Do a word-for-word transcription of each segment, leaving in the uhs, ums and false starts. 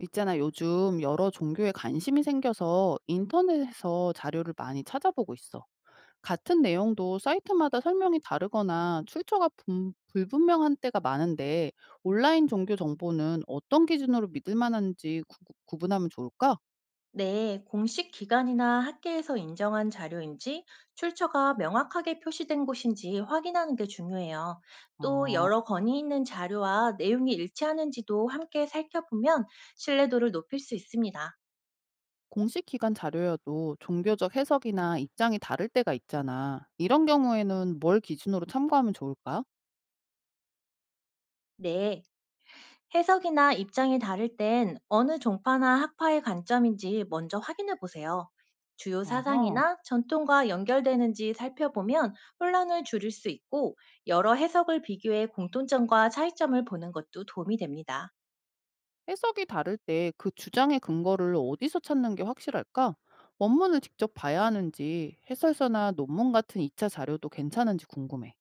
있잖아, 요즘 여러 종교에 관심이 생겨서 인터넷에서 자료를 많이 찾아보고 있어. 같은 내용도 사이트마다 설명이 다르거나 출처가 분- 불분명한 때가 많은데 온라인 종교 정보는 어떤 기준으로 믿을 만한지 구, 구분하면 좋을까? 네, 공식 기관이나 학계에서 인정한 자료인지 출처가 명확하게 표시된 곳인지 확인하는 게 중요해요. 또 어, 여러 건이 있는 자료와 내용이 일치하는지도 함께 살펴보면 신뢰도를 높일 수 있습니다. 공식 기관 자료여도 종교적 해석이나 입장이 다를 때가 있잖아. 이런 경우에는 뭘 기준으로 참고하면 좋을까? 네. 해석이나 입장이 다를 땐 어느 종파나 학파의 관점인지 먼저 확인해 보세요. 주요 어허. 사상이나 전통과 연결되는지 살펴보면 혼란을 줄일 수 있고 여러 해석을 비교해 공통점과 차이점을 보는 것도 도움이 됩니다. 해석이 다를 때 그 주장의 근거를 어디서 찾는 게 확실할까? 원문을 직접 봐야 하는지, 해설서나 논문 같은 이 차 자료도 괜찮은지 궁금해.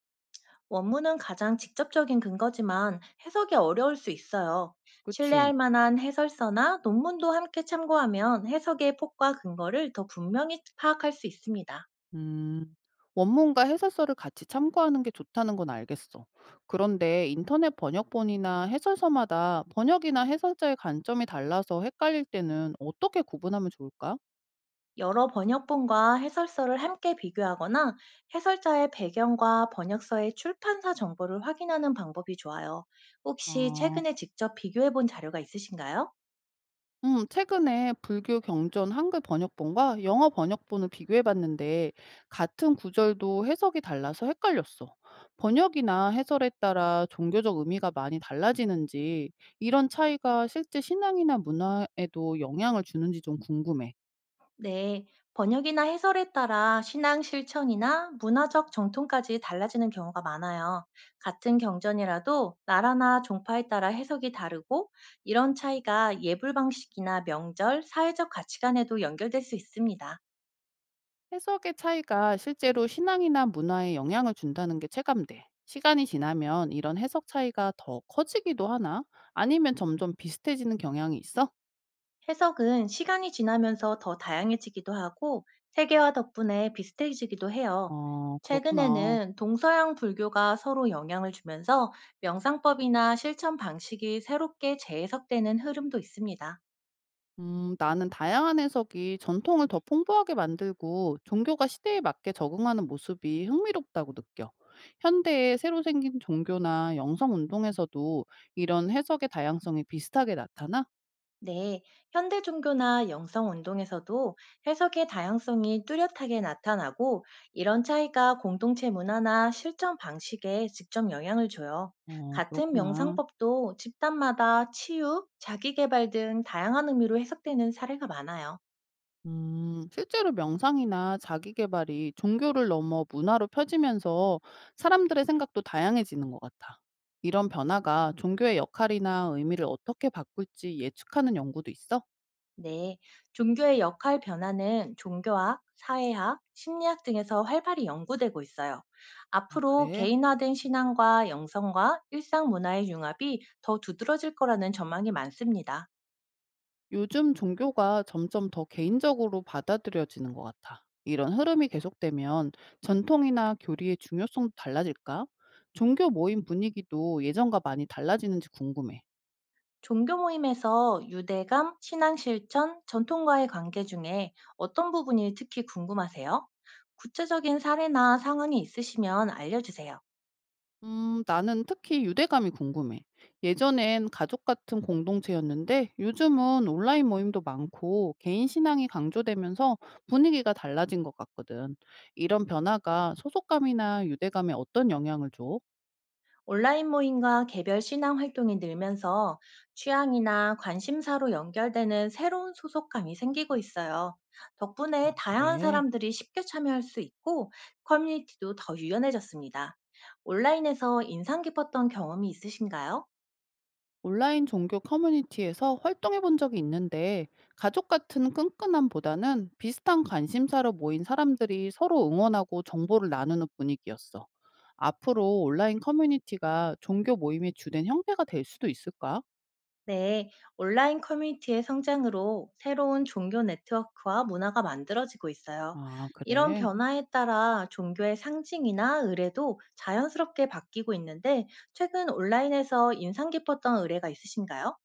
원문은 가장 직접적인 근거지만 해석이 어려울 수 있어요. 그치. 신뢰할 만한 해설서나 논문도 함께 참고하면 해석의 폭과 근거를 더 분명히 파악할 수 있습니다. 음, 원문과 해설서를 같이 참고하는 게 좋다는 건 알겠어. 그런데 인터넷 번역본이나 해설서마다 번역이나 해설자의 관점이 달라서 헷갈릴 때는 어떻게 구분하면 좋을까? 여러 번역본과 해설서를 함께 비교하거나 해설자의 배경과 번역서의 출판사 정보를 확인하는 방법이 좋아요. 혹시 아. 최근에 직접 비교해 본 자료가 있으신가요? 음, 최근에 불교 경전 한글 번역본과 영어 번역본을 비교해 봤는데 같은 구절도 해석이 달라서 헷갈렸어. 번역이나 해설에 따라 종교적 의미가 많이 달라지는지 이런 차이가 실제 신앙이나 문화에도 영향을 주는지 좀 궁금해. 네. 번역이나 해설에 따라 신앙 실천이나 문화적 정통까지 달라지는 경우가 많아요. 같은 경전이라도 나라나 종파에 따라 해석이 다르고 이런 차이가 예불 방식이나 명절, 사회적 가치관에도 연결될 수 있습니다. 해석의 차이가 실제로 신앙이나 문화에 영향을 준다는 게 체감돼. 시간이 지나면 이런 해석 차이가 더 커지기도 하나? 아니면 점점 비슷해지는 경향이 있어? 해석은 시간이 지나면서 더 다양해지기도 하고 세계화 덕분에 비슷해지기도 해요. 아, 그렇구나. 최근에는 동서양 불교가 서로 영향을 주면서 명상법이나 실천 방식이 새롭게 재해석되는 흐름도 있습니다. 음, 나는 다양한 해석이 전통을 더 풍부하게 만들고 종교가 시대에 맞게 적응하는 모습이 흥미롭다고 느껴. 현대에 새로 생긴 종교나 영성 운동에서도 이런 해석의 다양성이 비슷하게 나타나? 네, 현대 종교나 영성 운동에서도 해석의 다양성이 뚜렷하게 나타나고 이런 차이가 공동체 문화나 실천 방식에 직접 영향을 줘요. 어, 같은 그렇구나. 명상법도 집단마다 치유, 자기개발 등 다양한 의미로 해석되는 사례가 많아요. 음, 실제로 명상이나 자기계발이 종교를 넘어 문화로 펴지면서 사람들의 생각도 다양해지는 것 같아. 이런 변화가 종교의 역할이나 의미를 어떻게 바꿀지 예측하는 연구도 있어? 네, 종교의 역할 변화는 종교학, 사회학, 심리학 등에서 활발히 연구되고 있어요. 아, 앞으로 그래? 개인화된 신앙과 영성과 일상 문화의 융합이 더 두드러질 거라는 전망이 많습니다. 요즘 종교가 점점 더 개인적으로 받아들여지는 것 같아. 이런 흐름이 계속되면 전통이나 교리의 중요성도 달라질까? 종교 모임 분위기도 예전과 많이 달라지는지 궁금해. 종교 모임에서 유대감, 신앙 실천, 전통과의 관계 중에 어떤 부분이 특히 궁금하세요? 구체적인 사례나 상황이 있으시면 알려주세요. 음, 나는 특히 유대감이 궁금해. 예전엔 가족 같은 공동체였는데 요즘은 온라인 모임도 많고 개인 신앙이 강조되면서 분위기가 달라진 것 같거든. 이런 변화가 소속감이나 유대감에 어떤 영향을 줘? 온라인 모임과 개별 신앙 활동이 늘면서 취향이나 관심사로 연결되는 새로운 소속감이 생기고 있어요. 아, 덕분에 다양한 그래. 사람들이 쉽게 참여할 수 있고 커뮤니티도 더 유연해졌습니다. 온라인에서 인상 깊었던 경험이 있으신가요? 온라인 종교 커뮤니티에서 활동해 본 적이 있는데 가족 같은 끈끈함보다는 비슷한 관심사로 모인 사람들이 서로 응원하고 정보를 나누는 분위기였어. 앞으로 온라인 커뮤니티가 종교 모임의 주된 형태가 될 수도 있을까? 네, 온라인 커뮤니티의 성장으로 새로운 종교 네트워크와 문화가 만들어지고 있어요. 아, 이런 그래. 변화에 따라 종교의 상징이나 의례도 자연스럽게 바뀌고 있는데, 최근 온라인에서 인상 깊었던 의례가 있으신가요?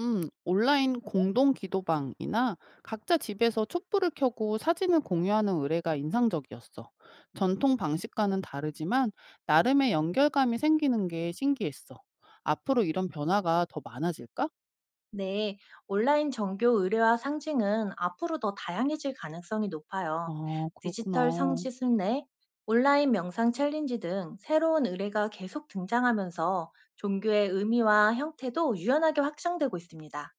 음, 온라인 공동 기도방이나 각자 집에서 촛불을 켜고 사진을 공유하는 의뢰가 인상적이었어. 전통 방식과는 다르지만 나름의 연결감이 생기는 게 신기했어. 앞으로 이런 변화가 더 많아질까? 네, 온라인 정교 의뢰와 상징은 앞으로 더 다양해질 가능성이 높아요. 아, 디지털 그렇구나. 성지 순례, 온라인 명상 챌린지 등 새로운 의뢰가 계속 등장하면서 종교의 의미와 형태도 유연하게 확장되고 있습니다.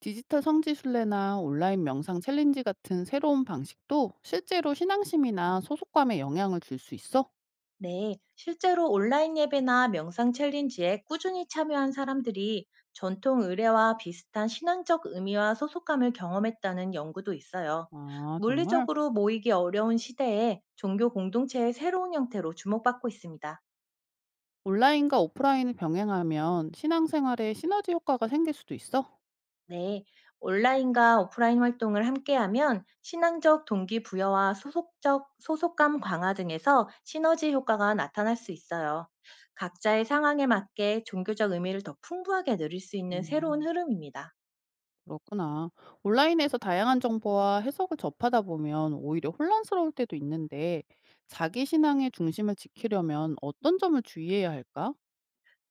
디지털 성지 순례나 온라인 명상 챌린지 같은 새로운 방식도 실제로 신앙심이나 소속감에 영향을 줄 수 있어? 네, 실제로 온라인 예배나 명상 챌린지에 꾸준히 참여한 사람들이 전통 의례와 비슷한 신앙적 의미와 소속감을 경험했다는 연구도 있어요. 아, 정말? 물리적으로 모이기 어려운 시대에 종교 공동체의 새로운 형태로 주목받고 있습니다. 온라인과 오프라인을 병행하면 신앙생활에 시너지 효과가 생길 수도 있어? 네, 온라인과 오프라인 활동을 함께하면 신앙적 동기부여와 소속적, 소속감 강화 등에서 시너지 효과가 나타날 수 있어요. 각자의 상황에 맞게 종교적 의미를 더 풍부하게 누릴 수 있는 새로운 음, 흐름입니다. 그렇구나. 온라인에서 다양한 정보와 해석을 접하다 보면 오히려 혼란스러울 때도 있는데, 자기 신앙의 중심을 지키려면 어떤 점을 주의해야 할까?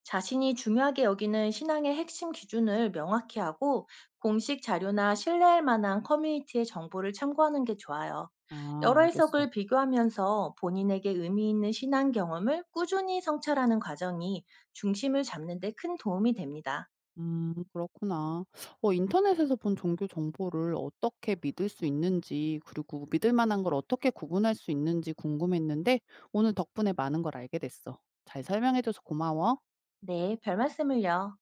자신이 중요하게 여기는 신앙의 핵심 기준을 명확히 하고 공식 자료나 신뢰할 만한 커뮤니티의 정보를 참고하는 게 좋아요. 아, 여러 알겠어. 해석을 비교하면서 본인에게 의미 있는 신앙 경험을 꾸준히 성찰하는 과정이 중심을 잡는 데 큰 도움이 됩니다. 음, 그렇구나. 어, 인터넷에서 본 종교 정보를 어떻게 믿을 수 있는지, 그리고 믿을 만한 걸 어떻게 구분할 수 있는지 궁금했는데, 오늘 덕분에 많은 걸 알게 됐어. 잘 설명해줘서 고마워. 네, 별 말씀을요.